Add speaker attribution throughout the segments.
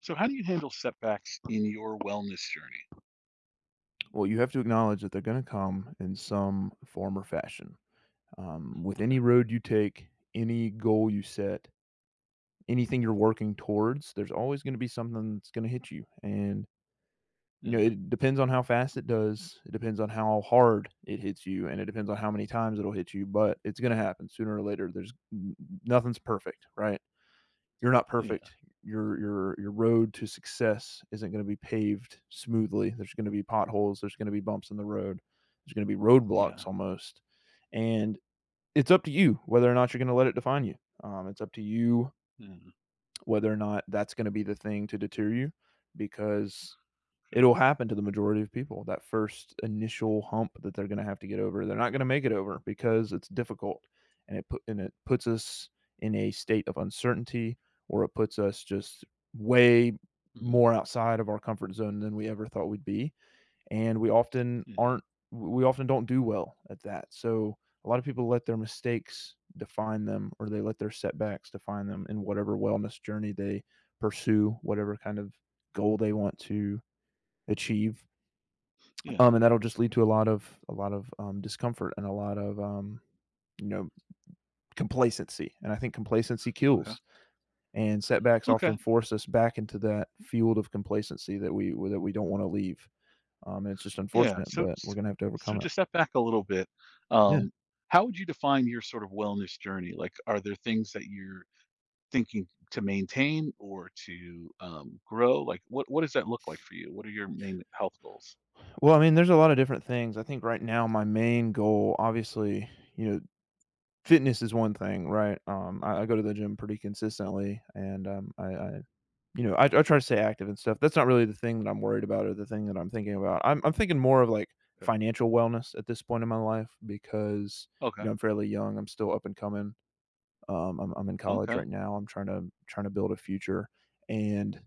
Speaker 1: So how do you handle setbacks in your wellness journey?
Speaker 2: Well, you have to acknowledge that they're gonna come in some form or fashion. With
Speaker 1: Okay.
Speaker 2: any road you take, any goal you set, anything you're working towards, there's always gonna be something that's gonna hit you, and, you know,
Speaker 1: Yeah.
Speaker 2: it depends on how fast it does, it depends on how hard it hits you, and it depends on how many times it'll hit you, but it's gonna happen sooner or later. There's n Nothing's perfect, right? You're not perfect.
Speaker 1: Yeah.
Speaker 2: Your road to success isn't going to be paved smoothly. There's going to be potholes. There's going to be bumps in the road. There's going to be
Speaker 1: Yeah.
Speaker 2: roadblocks almost. And it's up to you whether or not you're going to let it define you. It's up to you
Speaker 1: Yeah.
Speaker 2: whether or not that's going to be the thing to deter you because
Speaker 1: Okay.
Speaker 2: it'll happen to the majority of people, that first initial hump that they're gonna have to get over. They're not gonna make it over because it's difficult, and it puts us in a state of uncertainty, or it puts us just way
Speaker 1: Hmm.
Speaker 2: more outside of our comfort zone than we ever thought we'd be, and
Speaker 1: Yeah.
Speaker 2: we often don't do well at that, so a lot of people let their mistakes define them, or they let their setbacks define them in whatever wellness journey they pursue, whatever kind of goal they want to achieve,
Speaker 1: Yeah.
Speaker 2: and that'll just lead to a lot of discomfort and a lot of you know complacency, and I think complacency
Speaker 1: Okay.
Speaker 2: kills. And setbacks often
Speaker 1: Okay.
Speaker 2: force us back into that field of complacency that we don't want to leave. And it's just
Speaker 1: Yeah.
Speaker 2: unfortunate, but we're gonna have to
Speaker 1: So
Speaker 2: overcome it.
Speaker 1: to step back a little bit,
Speaker 2: Yeah.
Speaker 1: um, how would you define your sort of wellness journey? Like, are there things that you're thinking to maintain or to grow? Like, what does that look like for you? What are your main health goals?
Speaker 2: Well, I mean, there's a lot of different things. I think right now my main goal, obviously, you know, fitness is one thing, right? I go to the gym pretty consistently, and I you know, I try to stay active and stuff. That's not really the thing that I'm worried about or the thing that I'm thinking about. I'm thinking more of, like,
Speaker 1: Okay.
Speaker 2: financial wellness at this point in my life because, you
Speaker 1: Okay.
Speaker 2: know, I'm fairly young, I'm still up and coming. I'm in college
Speaker 1: Okay.
Speaker 2: right now, I'm trying to build a future, and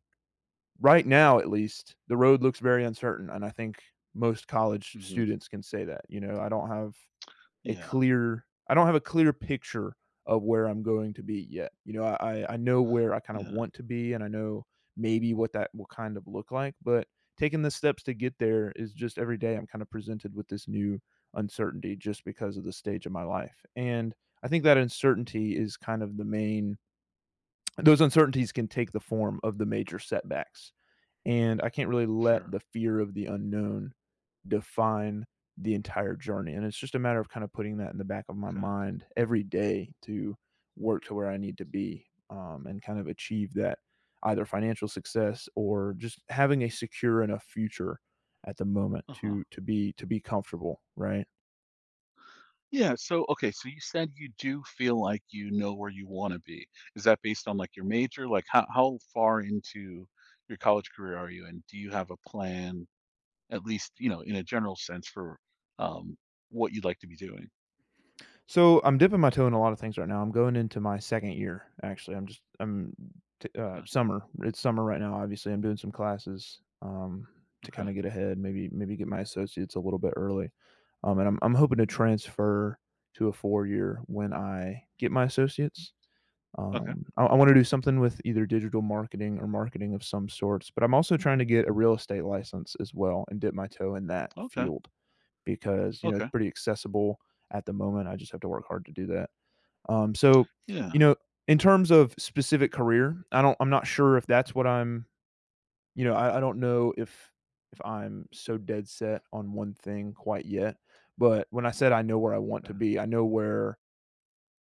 Speaker 2: right now, at least, the road looks very uncertain, and I think most college
Speaker 1: Hmm.
Speaker 2: students can say that, you know,
Speaker 1: Yeah.
Speaker 2: I don't have a clear picture of where I'm going to be yet. You know, I know where I kind of
Speaker 1: Yeah.
Speaker 2: want to be and I know maybe what that will kind of look like, but taking the steps to get there is just every day I'm kind of presented with this new uncertainty just because of the stage of my life. And I think that uncertainty is kind of the main those uncertainties can take the form of the major setbacks. And I can't really let the
Speaker 1: Sure.
Speaker 2: fear of the unknown define the entire journey. And it's just a matter of kind of putting that in the back of my
Speaker 1: Okay.
Speaker 2: mind every day to work to where I need to be and kind of achieve that either financial success or just having a secure enough future at the moment
Speaker 1: Uh huh.
Speaker 2: to to be comfortable, right?
Speaker 1: Yeah, so okay, so you said you do feel like you know where you wanna be. Is that based on, like, your major? Like, how far into your college career are you, and do you have a plan, at least, you know, in a general sense for, um, what you'd like to be doing?
Speaker 2: So I'm dipping my toe in a lot of things right now. I'm going into my second year, actually. I'm just I'm t-
Speaker 1: Okay,
Speaker 2: summer. It's summer right now. Obviously, I'm doing some classes to
Speaker 1: okay,
Speaker 2: kind of get ahead. Maybe get my associates a little bit early, and I'm hoping to transfer to a 4 year when I get my associates.
Speaker 1: okay,
Speaker 2: I want to do something with either digital marketing or marketing of some sorts, but I'm also trying to get a real estate license as well and dip my toe in that
Speaker 1: okay,
Speaker 2: field because, you know, it's
Speaker 1: okay,
Speaker 2: pretty accessible at the moment, I just have to work hard to do that. So, you
Speaker 1: yeah,
Speaker 2: know, in terms of specific career, I'm not sure if that's what I don't know if I'm so dead set on one thing quite yet, but when I said I know where I want to
Speaker 1: okay,
Speaker 2: be, I know where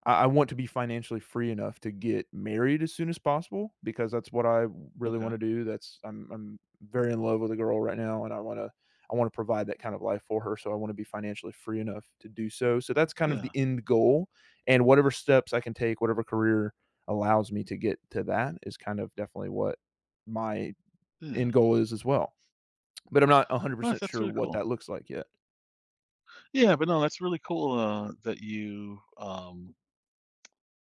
Speaker 2: I want to be financially free enough to get married as soon as possible because that's what I really
Speaker 1: okay,
Speaker 2: want to do. That's I'm very in love with a girl right now and I want to provide that kind of life for her, so I want to be financially free enough to do so. So that's kind of the
Speaker 1: yeah,
Speaker 2: end goal and whatever steps I can take, whatever career allows me to get to that is kind of definitely what my
Speaker 1: yeah.
Speaker 2: end goal is as well. But I'm not
Speaker 1: Well, that's
Speaker 2: 100%
Speaker 1: that's
Speaker 2: sure
Speaker 1: really
Speaker 2: what
Speaker 1: cool.
Speaker 2: that looks like yet.
Speaker 1: Yeah, but no, that's really cool, that you,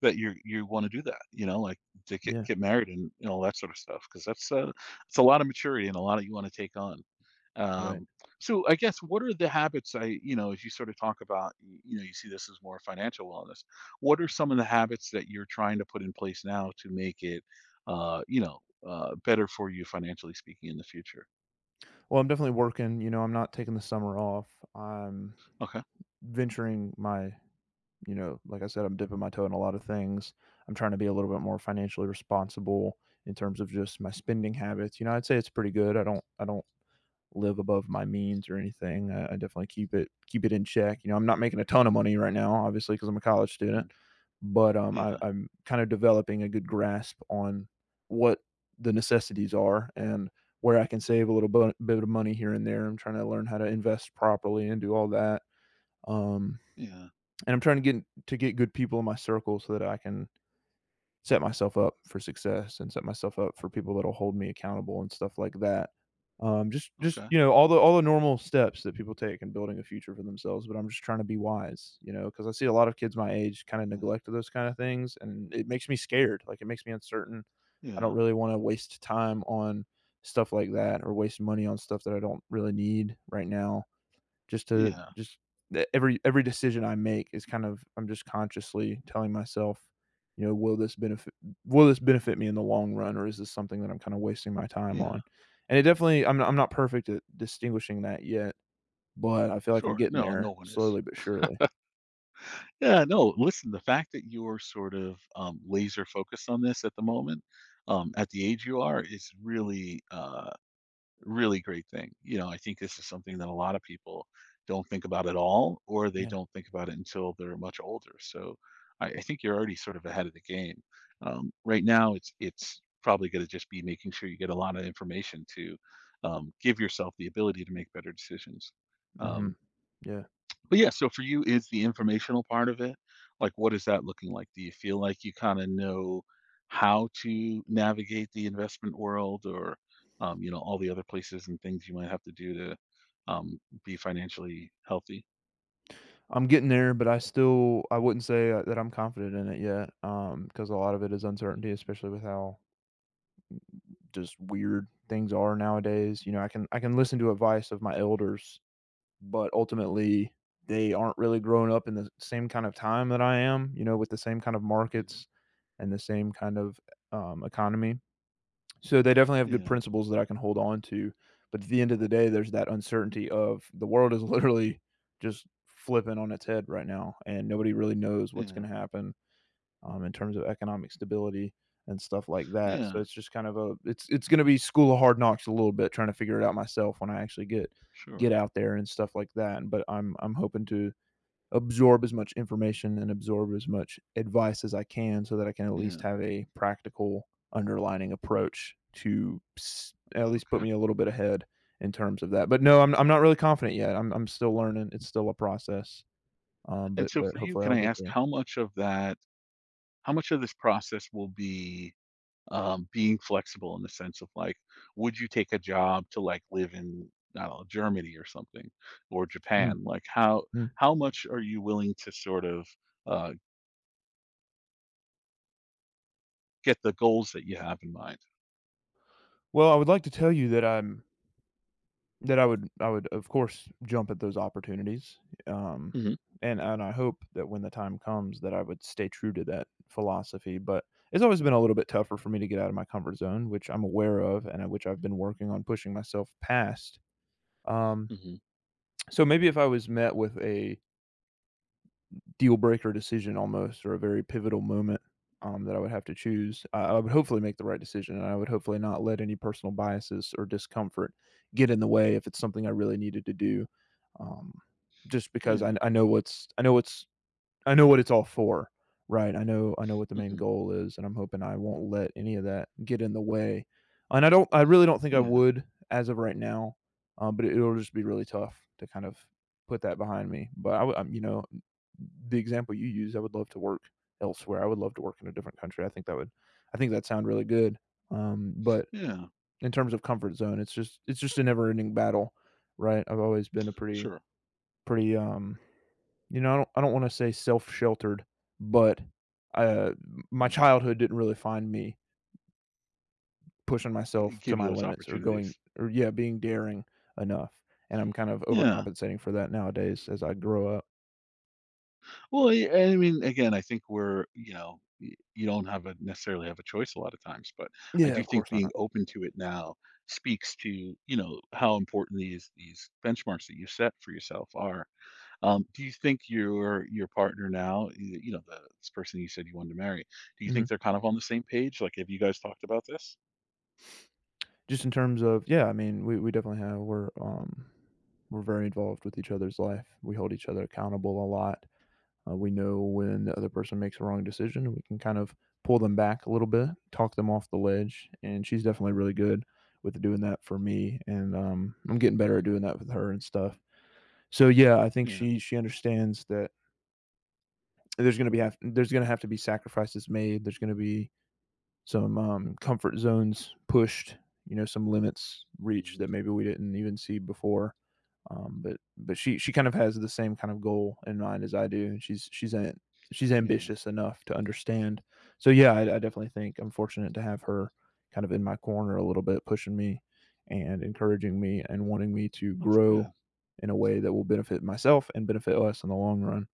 Speaker 1: that you wanna do that, you know, like, to get
Speaker 2: Yeah,
Speaker 1: get married and all that sort of stuff because that's a it's a lot of maturity and a lot that you wanna take on.
Speaker 2: right.
Speaker 1: Um, so I guess what are the habits I you know, as you sort of talk about, y you know, you see this as more financial wellness. What are some of the habits that you're trying to put in place now to make it, you know, better for you financially speaking in the future?
Speaker 2: Well, I'm definitely working, you know, I'm not taking the summer off. I'm
Speaker 1: Okay.
Speaker 2: venturing my you know, like I said, I'm dipping my toe in a lot of things. I'm trying to be a little bit more financially responsible in terms of just my spending habits. You know, I'd say it's pretty good. I don't live above my means or anything. I definitely keep it in check. You know, I'm not making a ton of money right now, obviously, because I'm a college student.
Speaker 1: Mhm.
Speaker 2: But um, I,
Speaker 1: Yeah,
Speaker 2: I'm kind of developing a good grasp on what the necessities are and where I can save a little bit of money here and there. I'm trying to learn how to invest properly and do all that. Um,
Speaker 1: yeah,
Speaker 2: and I'm trying to get good people in my circle so that I can set myself up for success and set myself up for people that'll hold me accountable and stuff like that. Just
Speaker 1: okay.
Speaker 2: you know all the normal steps that people take in building a future for themselves, but I'm just trying to be wise, you know, because I see a lot of kids my age kind of
Speaker 1: Yeah,
Speaker 2: neglect those kind of things, and it makes me scared. Like it makes me uncertain. I don't
Speaker 1: yeah,
Speaker 2: really want to waste time on stuff like that or waste money on stuff that I don't really need right now just to
Speaker 1: yeah,
Speaker 2: just that every decision I make is kind of I'm just consciously telling myself, you know, will this benefit me in the long run, or is this something that I'm kind of wasting my time
Speaker 1: yeah.
Speaker 2: on? And it definitely I'm not perfect at distinguishing that yet, but I feel like I'm
Speaker 1: Sure,
Speaker 2: getting
Speaker 1: no, no
Speaker 2: there
Speaker 1: one is.
Speaker 2: slowly but surely.
Speaker 1: Yeah, no, listen, the fact that you're sort of, laser focused on this at the moment, at the age you are is really, really great thing. You know, I think this is something that a lot of people don't think about at all, or they
Speaker 2: Yeah.
Speaker 1: don't think about it until they're much older. So I think you're already sort of ahead of the game. Right now, it's probably going to just be making sure you get a lot of information to give yourself the ability to make better decisions.
Speaker 2: Hmm.
Speaker 1: Um,
Speaker 2: Yeah.
Speaker 1: but yeah, so for you, is the informational part of it? Like, what is that looking like? Do you feel like you kind of know how to navigate the investment world or, you know, all the other places and things you might have to do to be financially healthy?
Speaker 2: I'm getting there, but I still I wouldn't say that I'm confident in it yet, because a lot of it is
Speaker 1: Uh,
Speaker 2: uncertainty, especially with how just weird things are nowadays. You know, I can listen to advice of my elders but ultimately they aren't really growing up in the same kind of time that I am, you know, with the same kind of
Speaker 1: mhm.
Speaker 2: markets and the same kind of economy. So they definitely have good
Speaker 1: Yeah,
Speaker 2: principles that I can hold on to. But at the end of the day, there's that uncertainty of the world is literally just flipping on its head right now, and nobody really knows what's
Speaker 1: yeah,
Speaker 2: going to happen in terms of economic stability and stuff like that. So
Speaker 1: yeah,
Speaker 2: it's just kind of a it's going to be school of hard knocks a little bit trying to figure it out myself when I actually get
Speaker 1: sure.
Speaker 2: out there and stuff like that. But I'm hoping to absorb as much information and absorb as much advice as I can so that I can at least
Speaker 1: Yeah,
Speaker 2: have a practical underlining approach to at least put
Speaker 1: okay.
Speaker 2: me a little bit ahead in terms of that. But no, I'm not really confident yet. I'm still learning. It's still a process. Um,
Speaker 1: And
Speaker 2: but
Speaker 1: so
Speaker 2: but
Speaker 1: for you,
Speaker 2: hopefully
Speaker 1: can
Speaker 2: I'll
Speaker 1: I
Speaker 2: get
Speaker 1: ask
Speaker 2: there.
Speaker 1: how much of that, how much of this process will be being flexible in the sense of like, would you take a job to like live in, I don't know, Germany or something, or
Speaker 2: Mm,
Speaker 1: Japan? Like, how
Speaker 2: mm.
Speaker 1: how much are you willing to sort of uh, get the goals that you have in mind?
Speaker 2: Well, I would like to tell you that I would, of course, jump at those opportunities, um,
Speaker 1: Hmm.
Speaker 2: and I hope that when the time comes that I would stay true to that philosophy, but it's always been a little bit tougher for me to get out of my comfort zone, which I'm aware of and at which I've been working on pushing myself past. Um,
Speaker 1: Hmm.
Speaker 2: so maybe if I was met with a deal breaker decision almost or a very pivotal moment that I would have to choose, I would hopefully make the right decision. And I would hopefully not let any personal biases or discomfort get in the way if it's something I really needed to do. Um, just because
Speaker 1: Yeah.
Speaker 2: I know what it's all for, right? I know what the main
Speaker 1: Hmm.
Speaker 2: goal is, and I'm hoping I won't let any of that get in the way. And I really don't think I
Speaker 1: Yeah.
Speaker 2: would as of right now, but it'll just be really tough to kind of put that behind me. But I, w- I'm, you know, the example you used, I would love to work elsewhere. I would love to work in a different country. I think that sound really good. But
Speaker 1: Yeah.
Speaker 2: in terms of comfort zone, it's just a never ending battle, right? I've always been a pretty
Speaker 1: Sure.
Speaker 2: pretty, I don't want to say self sheltered, but uh my
Speaker 1: Mhm.
Speaker 2: childhood didn't really find me pushing myself to
Speaker 1: Give
Speaker 2: my
Speaker 1: you those
Speaker 2: limits or going,
Speaker 1: opportunities.
Speaker 2: or yeah, being daring enough. And I'm kind of
Speaker 1: Yeah.
Speaker 2: overcompensating for that nowadays as I grow up.
Speaker 1: Well, I mean, again, I think we're, you know, you don't have a necessarily have a choice a lot of times, but I
Speaker 2: Yeah,
Speaker 1: do
Speaker 2: of
Speaker 1: think
Speaker 2: course
Speaker 1: being
Speaker 2: not.
Speaker 1: open to it now speaks to, you know, how important these benchmarks that you set for yourself are. Do you think your partner now, you know, the this person you said you wanted to marry, do you think
Speaker 2: Mhm.
Speaker 1: they're kind of on the same page? Like, have you guys talked about this?
Speaker 2: Just in terms of yeah, I mean, we definitely have. We're very involved with each other's life. We hold each other accountable a lot. We know when the other person makes a wrong decision, we can kind of pull them back a little bit, talk them off the ledge, and she's definitely really good with doing that for me, and, I'm getting better at
Speaker 1: Hmm.
Speaker 2: doing that with her and stuff. So, yeah, I think
Speaker 1: Yeah.
Speaker 2: she understands that there's gonna have to be sacrifices made, there's gonna be some comfort zones pushed, you know, some limits reached
Speaker 1: Hmm.
Speaker 2: that maybe we didn't even see before. But she kind of has the same kind of goal in mind as I do, and she's
Speaker 1: Yeah.
Speaker 2: ambitious enough to understand. So yeah, I definitely think I'm fortunate to have her kind of in my corner a little bit, pushing me and encouraging me and wanting me to
Speaker 1: That's
Speaker 2: grow
Speaker 1: good.
Speaker 2: in a way that will benefit myself and benefit us in the long run.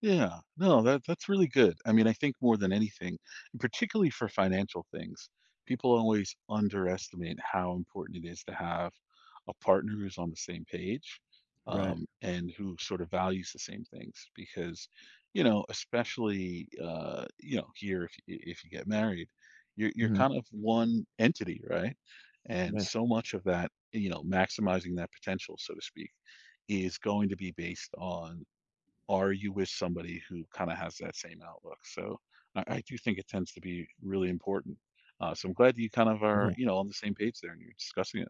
Speaker 1: Yeah, no, that that's really good. I mean, I think more than anything, and particularly for financial things, people always underestimate how important it is to have a partner who's on the same page,
Speaker 2: Right.
Speaker 1: and who sort of values the same things. Because, you know, especially you know, here if if you get married, you're
Speaker 2: Mhm.
Speaker 1: kind of one entity, right? And
Speaker 2: Yeah,
Speaker 1: so much of that, you know, maximizing that potential, so to speak, is going to be based on are you with somebody who kind of has that same outlook? So I do think it tends to be really important. So I'm glad you kind of are,
Speaker 2: definitely.
Speaker 1: you know, on the same page there and you're discussing it.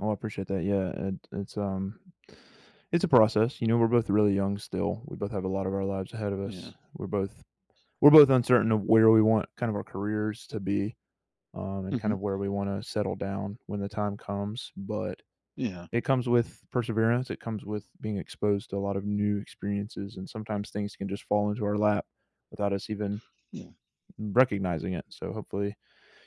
Speaker 2: Oh, I appreciate that. Yeah, it's a process. You know, we're both really young still. We both have a lot of our lives ahead of
Speaker 1: Yeah.
Speaker 2: us. We're both uncertain of where we want kind of our careers to be, and kind
Speaker 1: Hmm.
Speaker 2: of where we want to settle down when the time comes. But
Speaker 1: Yeah.
Speaker 2: it comes with perseverance. It comes with being exposed to a lot of new experiences, and sometimes things can just fall into our lap without us even
Speaker 1: Yeah.
Speaker 2: recognizing it. So hopefully,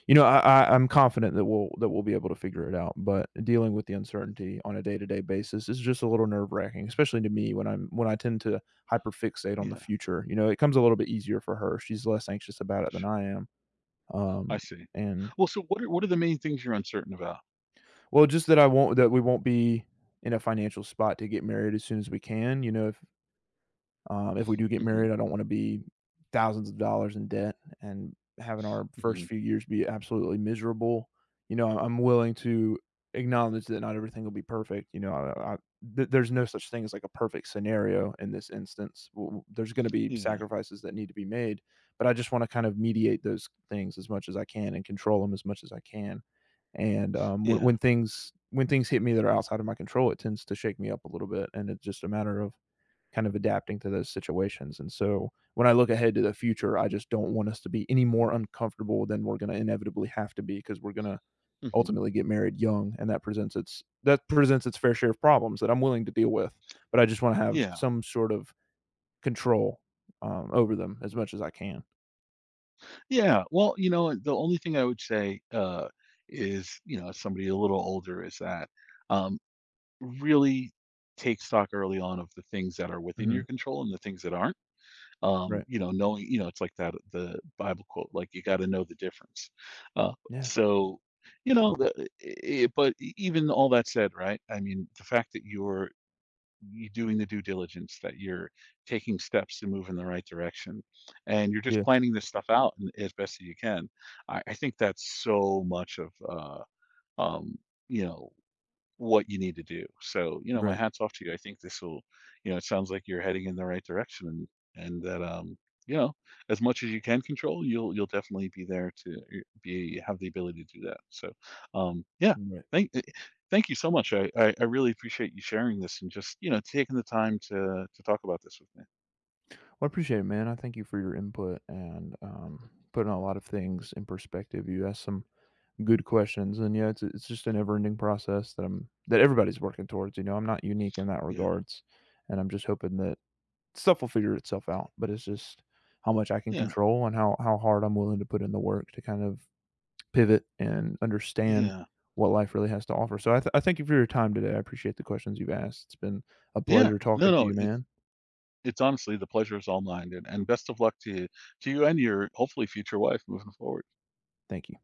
Speaker 2: you know, I, I'm confident that we'll be able to figure it out, but dealing with the uncertainty on a day-to-day basis is just a little nerve-wracking, especially to me when I tend to hyperfixate on the
Speaker 1: Yeah.
Speaker 2: future. You know, it comes a little bit easier for her. She's less anxious about it than
Speaker 1: Sh-
Speaker 2: I am.
Speaker 1: I
Speaker 2: Um,
Speaker 1: see.
Speaker 2: and
Speaker 1: Well, so what are the main things you're uncertain about?
Speaker 2: Well, just that I won't that we won't be in a financial spot to get married as soon as we can. If we do get
Speaker 1: Hmm.
Speaker 2: married, I don't want to be thousands of dollars in debt and having our first
Speaker 1: Hmm.
Speaker 2: few years be absolutely miserable. You know, I'm willing to acknowledge that not everything will be perfect. There's no such thing as like a perfect scenario in this instance. There's going to be
Speaker 1: Yeah.
Speaker 2: sacrifices that need to be made, but I just want to kind of mediate those things as much as I can and control them as much as I can. And
Speaker 1: Yeah.
Speaker 2: when things hit me that are outside of my control, it tends to shake me up a little bit, and it's just a matter of kind of adapting to those situations. And so when I look ahead to the future, I just don't want us to be any more
Speaker 1: Yeah.
Speaker 2: uncomfortable than we're going to inevitably have to be because we're going to
Speaker 1: Hmm.
Speaker 2: ultimately get married young, and that presents its fair share of problems that I'm willing to deal with, but I just want to have
Speaker 1: Yeah.
Speaker 2: some sort of control over them as much as I can.
Speaker 1: Yeah. Well, you know, the only thing I would say is, you know, as somebody a little older is that. Um, Really take stock early on of the things that are within your
Speaker 2: Mhm.
Speaker 1: control and the things that aren't.
Speaker 2: Right.
Speaker 1: You know, knowing, you know, it's like that the Bible quote, like you got to know the difference. Uh,
Speaker 2: Yeah.
Speaker 1: so, you know, but even all that said, right? I mean, the fact that you're you doing the due diligence, that you're taking steps to move in the right direction, and you're just
Speaker 2: Yeah.
Speaker 1: planning this stuff out and- as best as you can. I think that's so much of um, you know what you need to do. So, you know, my
Speaker 2: Right.
Speaker 1: hat's off to you. I think this will, you know, it sounds like you're heading in the right direction and that you know, as much as you can control, you'll definitely be there to be have the ability to do that. So, yeah.
Speaker 2: Right.
Speaker 1: Thank uh, Thank you so much. I really appreciate you sharing this and just, you know, taking the time to talk about this with me.
Speaker 2: Well, I appreciate it, man. I thank you for your input and putting a lot of things in perspective. You asked some good questions, and yeah, it's just a never-ending process that I'm that everybody's working towards, you know, I'm not unique in that
Speaker 1: Yeah.
Speaker 2: regards, and I'm just hoping that stuff will figure itself out, but it's just how much I can
Speaker 1: Yeah.
Speaker 2: control and how hard I'm willing to put in the work to kind of pivot and understand
Speaker 1: Yeah.
Speaker 2: what life really has to offer, so I thank you for your time today. I appreciate the questions you've asked. It's been a
Speaker 1: Yeah.
Speaker 2: pleasure
Speaker 1: No,
Speaker 2: talking to
Speaker 1: no,
Speaker 2: you, man.
Speaker 1: it's honestly the pleasure is all mine and best of luck to you and your hopefully future wife moving forward.
Speaker 2: Thank you.